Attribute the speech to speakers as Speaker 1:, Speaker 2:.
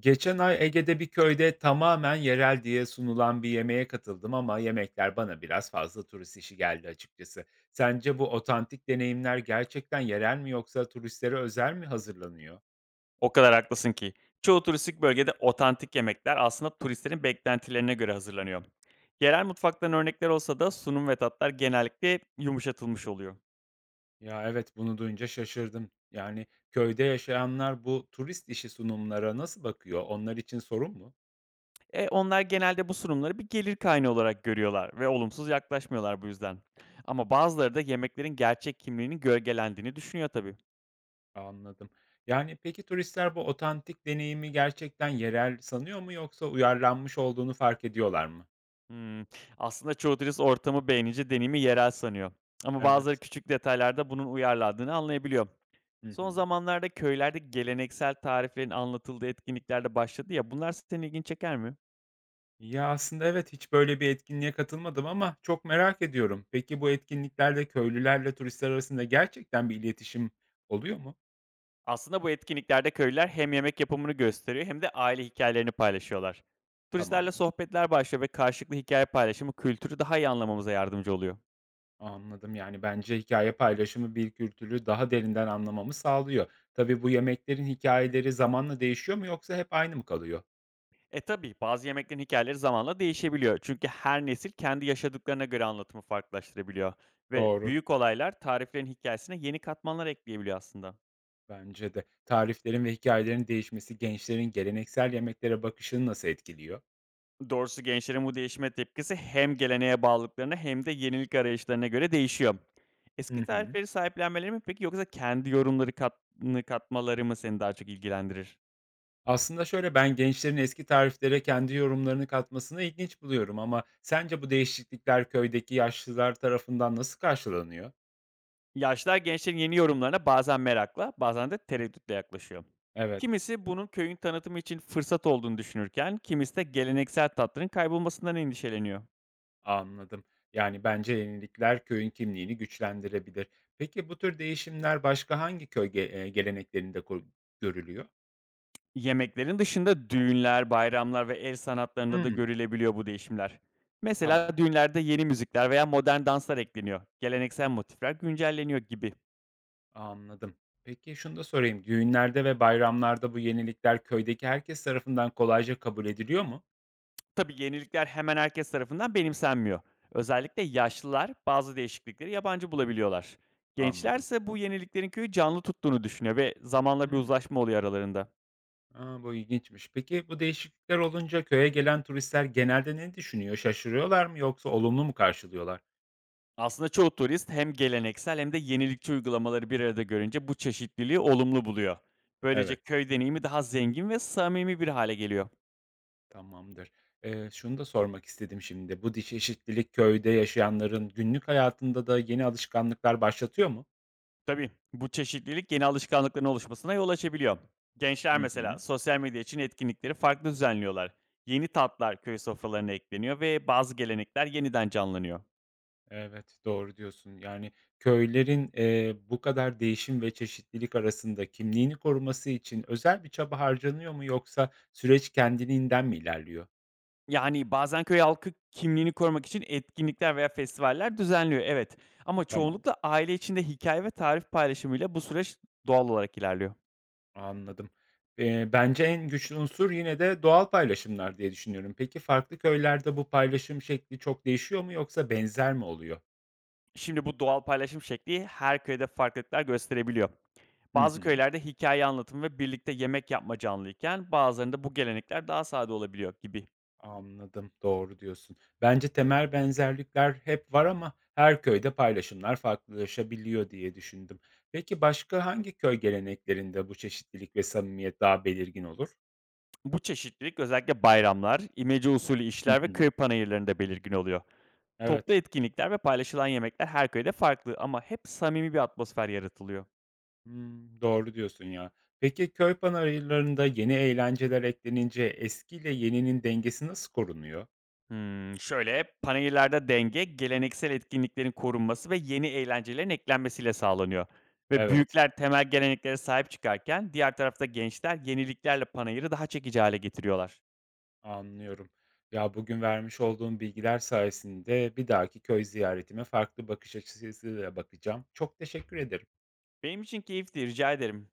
Speaker 1: Geçen ay Ege'de bir köyde tamamen yerel diye sunulan bir yemeğe katıldım ama yemekler bana biraz fazla turist işi geldi açıkçası. Sence bu otantik deneyimler gerçekten yerel mi yoksa turistlere özel mi hazırlanıyor?
Speaker 2: O kadar haklısın ki. Çoğu turistik bölgede otantik yemekler aslında turistlerin beklentilerine göre hazırlanıyor. Yerel mutfaktan örnekler olsa da sunum ve tatlar genellikle yumuşatılmış oluyor.
Speaker 1: Ya evet, bunu duyunca şaşırdım. Yani köyde yaşayanlar bu turist işi sunumlara nasıl bakıyor? Onlar için sorun mu?
Speaker 2: E onlar genelde bu sunumları bir gelir kaynağı olarak görüyorlar ve olumsuz yaklaşmıyorlar bu yüzden. Ama bazıları da yemeklerin gerçek kimliğinin gölgelendiğini düşünüyor tabii.
Speaker 1: Anladım. Yani peki turistler bu otantik deneyimi gerçekten yerel sanıyor mu yoksa uyarlanmış olduğunu fark ediyorlar mı?
Speaker 2: Hmm, Aslında çoğu turist ortamı beğenince deneyimi yerel sanıyor. Ama bazıları
Speaker 1: Evet.
Speaker 2: küçük detaylarda bunun uyarladığını anlayabiliyor.
Speaker 1: Hı
Speaker 2: Son
Speaker 1: hı.
Speaker 2: zamanlarda köylerde geleneksel tariflerin anlatıldığı etkinliklerde başladı ya. Bunlar senin ilgini çeker mi?
Speaker 1: Ya, aslında evet, hiç böyle bir etkinliğe katılmadım ama çok merak ediyorum. Peki bu etkinliklerde köylülerle turistler arasında gerçekten bir iletişim oluyor mu?
Speaker 2: Aslında bu etkinliklerde köylüler hem yemek yapımını gösteriyor hem de aile hikayelerini paylaşıyorlar. Turistlerle
Speaker 1: Tamam,
Speaker 2: sohbetler başlıyor ve karşılıklı hikaye paylaşımı kültürü daha iyi anlamamıza yardımcı oluyor.
Speaker 1: anladım. Yani bence hikaye paylaşımı bir kültürü daha derinden anlamamı sağlıyor. Tabii bu yemeklerin hikayeleri zamanla değişiyor mu yoksa hep aynı mı kalıyor?
Speaker 2: E tabi bazı yemeklerin hikayeleri zamanla değişebiliyor. Çünkü her nesil kendi yaşadıklarına göre anlatımı farklılaştırabiliyor. Ve
Speaker 1: Doğru,
Speaker 2: büyük olaylar tariflerin hikayesine yeni katmanlar ekleyebiliyor aslında.
Speaker 1: bence de. Tariflerin ve hikayelerin değişmesi gençlerin geleneksel yemeklere bakışını nasıl etkiliyor?
Speaker 2: Doğrusu gençlerin bu değişime tepkisi hem geleneğe bağlılıklarına hem de yenilik arayışlarına göre değişiyor.
Speaker 1: Hı
Speaker 2: Eski
Speaker 1: hı.
Speaker 2: tarifleri sahiplenmeleri mi peki yoksa kendi yorumları katını katmaları mı seni daha çok ilgilendirir?
Speaker 1: Aslında şöyle, ben gençlerin eski tariflere kendi yorumlarını katmasını ilginç buluyorum ama sence bu değişiklikler köydeki yaşlılar tarafından nasıl karşılanıyor?
Speaker 2: Yaşlar gençlerin yeni yorumlarına bazen merakla, bazen de tereddütle yaklaşıyor.
Speaker 1: Evet.
Speaker 2: Kimisi bunun köyün tanıtımı için fırsat olduğunu düşünürken, kimisi de geleneksel tatların kaybolmasından endişeleniyor.
Speaker 1: Anladım. Yani bence yenilikler köyün kimliğini güçlendirebilir. Peki bu tür değişimler başka hangi geleneklerinde görülüyor?
Speaker 2: Yemeklerin dışında düğünler, bayramlar ve el sanatlarında da
Speaker 1: Hımm,
Speaker 2: görülebiliyor bu değişimler. Mesela
Speaker 1: tamam,
Speaker 2: düğünlerde yeni müzikler veya modern danslar ekleniyor. Geleneksel motifler güncelleniyor gibi.
Speaker 1: anladım. Peki şunu da sorayım, düğünlerde ve bayramlarda bu yenilikler köydeki herkes tarafından kolayca kabul ediliyor mu?
Speaker 2: Tabii yenilikler hemen herkes tarafından benimsenmiyor. Özellikle yaşlılar bazı değişiklikleri yabancı bulabiliyorlar.
Speaker 1: Anladım.
Speaker 2: Gençlerse bu yeniliklerin köyü canlı tuttuğunu düşünüyor ve zamanla bir
Speaker 1: Hımm.
Speaker 2: uzlaşma oluyor aralarında.
Speaker 1: A, bu ilginçmiş. Peki bu değişiklikler olunca köye gelen turistler genelde ne düşünüyor? Şaşırıyorlar mı yoksa olumlu mu karşılıyorlar?
Speaker 2: Aslında çoğu turist hem geleneksel hem de yenilikçi uygulamaları bir arada görünce bu çeşitliliği olumlu buluyor. Böylece
Speaker 1: Evet,
Speaker 2: köy deneyimi daha zengin ve samimi bir hale geliyor.
Speaker 1: tamamdır. Şunu da sormak istedim şimdi. Bu diş eşitlilik köyde yaşayanların günlük hayatında da yeni alışkanlıklar başlatıyor mu?
Speaker 2: Tabii bu çeşitlilik yeni alışkanlıkların oluşmasına yol açabiliyor. Gençler
Speaker 1: Hı
Speaker 2: mesela
Speaker 1: hı.
Speaker 2: sosyal medya için etkinlikleri farklı düzenliyorlar. Yeni tatlar köy sofralarına ekleniyor ve bazı gelenekler yeniden canlanıyor.
Speaker 1: Evet, doğru diyorsun. Yani köylerin, bu kadar değişim ve çeşitlilik arasında kimliğini koruması için özel bir çaba harcanıyor mu yoksa süreç kendiliğinden mi ilerliyor?
Speaker 2: Yani, bazen köy halkı kimliğini korumak için etkinlikler veya festivaller düzenliyor, evet. Ama
Speaker 1: Tamam.
Speaker 2: çoğunlukla aile içinde hikaye ve tarif paylaşımıyla bu süreç doğal olarak ilerliyor.
Speaker 1: Anladım. Bence en güçlü unsur yine de doğal paylaşımlar diye düşünüyorum. Peki farklı köylerde bu paylaşım şekli çok değişiyor mu yoksa benzer mi oluyor?
Speaker 2: Şimdi bu doğal paylaşım şekli her köyde farklılıklar gösterebiliyor.
Speaker 1: Hı
Speaker 2: Bazı
Speaker 1: hı.
Speaker 2: köylerde hikaye anlatımı ve birlikte yemek yapma canlıyken bazılarında bu gelenekler daha sade olabiliyor gibi.
Speaker 1: Anladım. Doğru diyorsun. Bence temel benzerlikler hep var ama her köyde paylaşımlar farklılaşabiliyor diye düşündüm. Peki başka hangi köy geleneklerinde bu çeşitlilik ve samimiyet daha belirgin olur?
Speaker 2: Bu çeşitlilik özellikle bayramlar, imece usulü
Speaker 1: Hı
Speaker 2: işler ve köy
Speaker 1: hı.
Speaker 2: panayırlarında belirgin oluyor. Toplu
Speaker 1: Evet.
Speaker 2: etkinlikler ve paylaşılan yemekler her köyde farklı ama hep samimi bir atmosfer yaratılıyor.
Speaker 1: Hımm, doğru diyorsun ya. Peki, köy panayırlarında yeni eğlenceler eklenince eskiyle yeninin dengesi nasıl korunuyor?
Speaker 2: Panayırlarda denge, geleneksel etkinliklerin korunması ve yeni eğlencelerin eklenmesiyle sağlanıyor ve
Speaker 1: Evet,
Speaker 2: büyükler temel geleneklere sahip çıkarken diğer tarafta gençler yeniliklerle panayırı daha çekici hale getiriyorlar.
Speaker 1: anlıyorum. Ya, bugün vermiş olduğum bilgiler sayesinde bir dahaki köy ziyaretime farklı bakış açısıyla bakacağım. Çok teşekkür ederim.
Speaker 2: Benim için keyifli, rica ederim.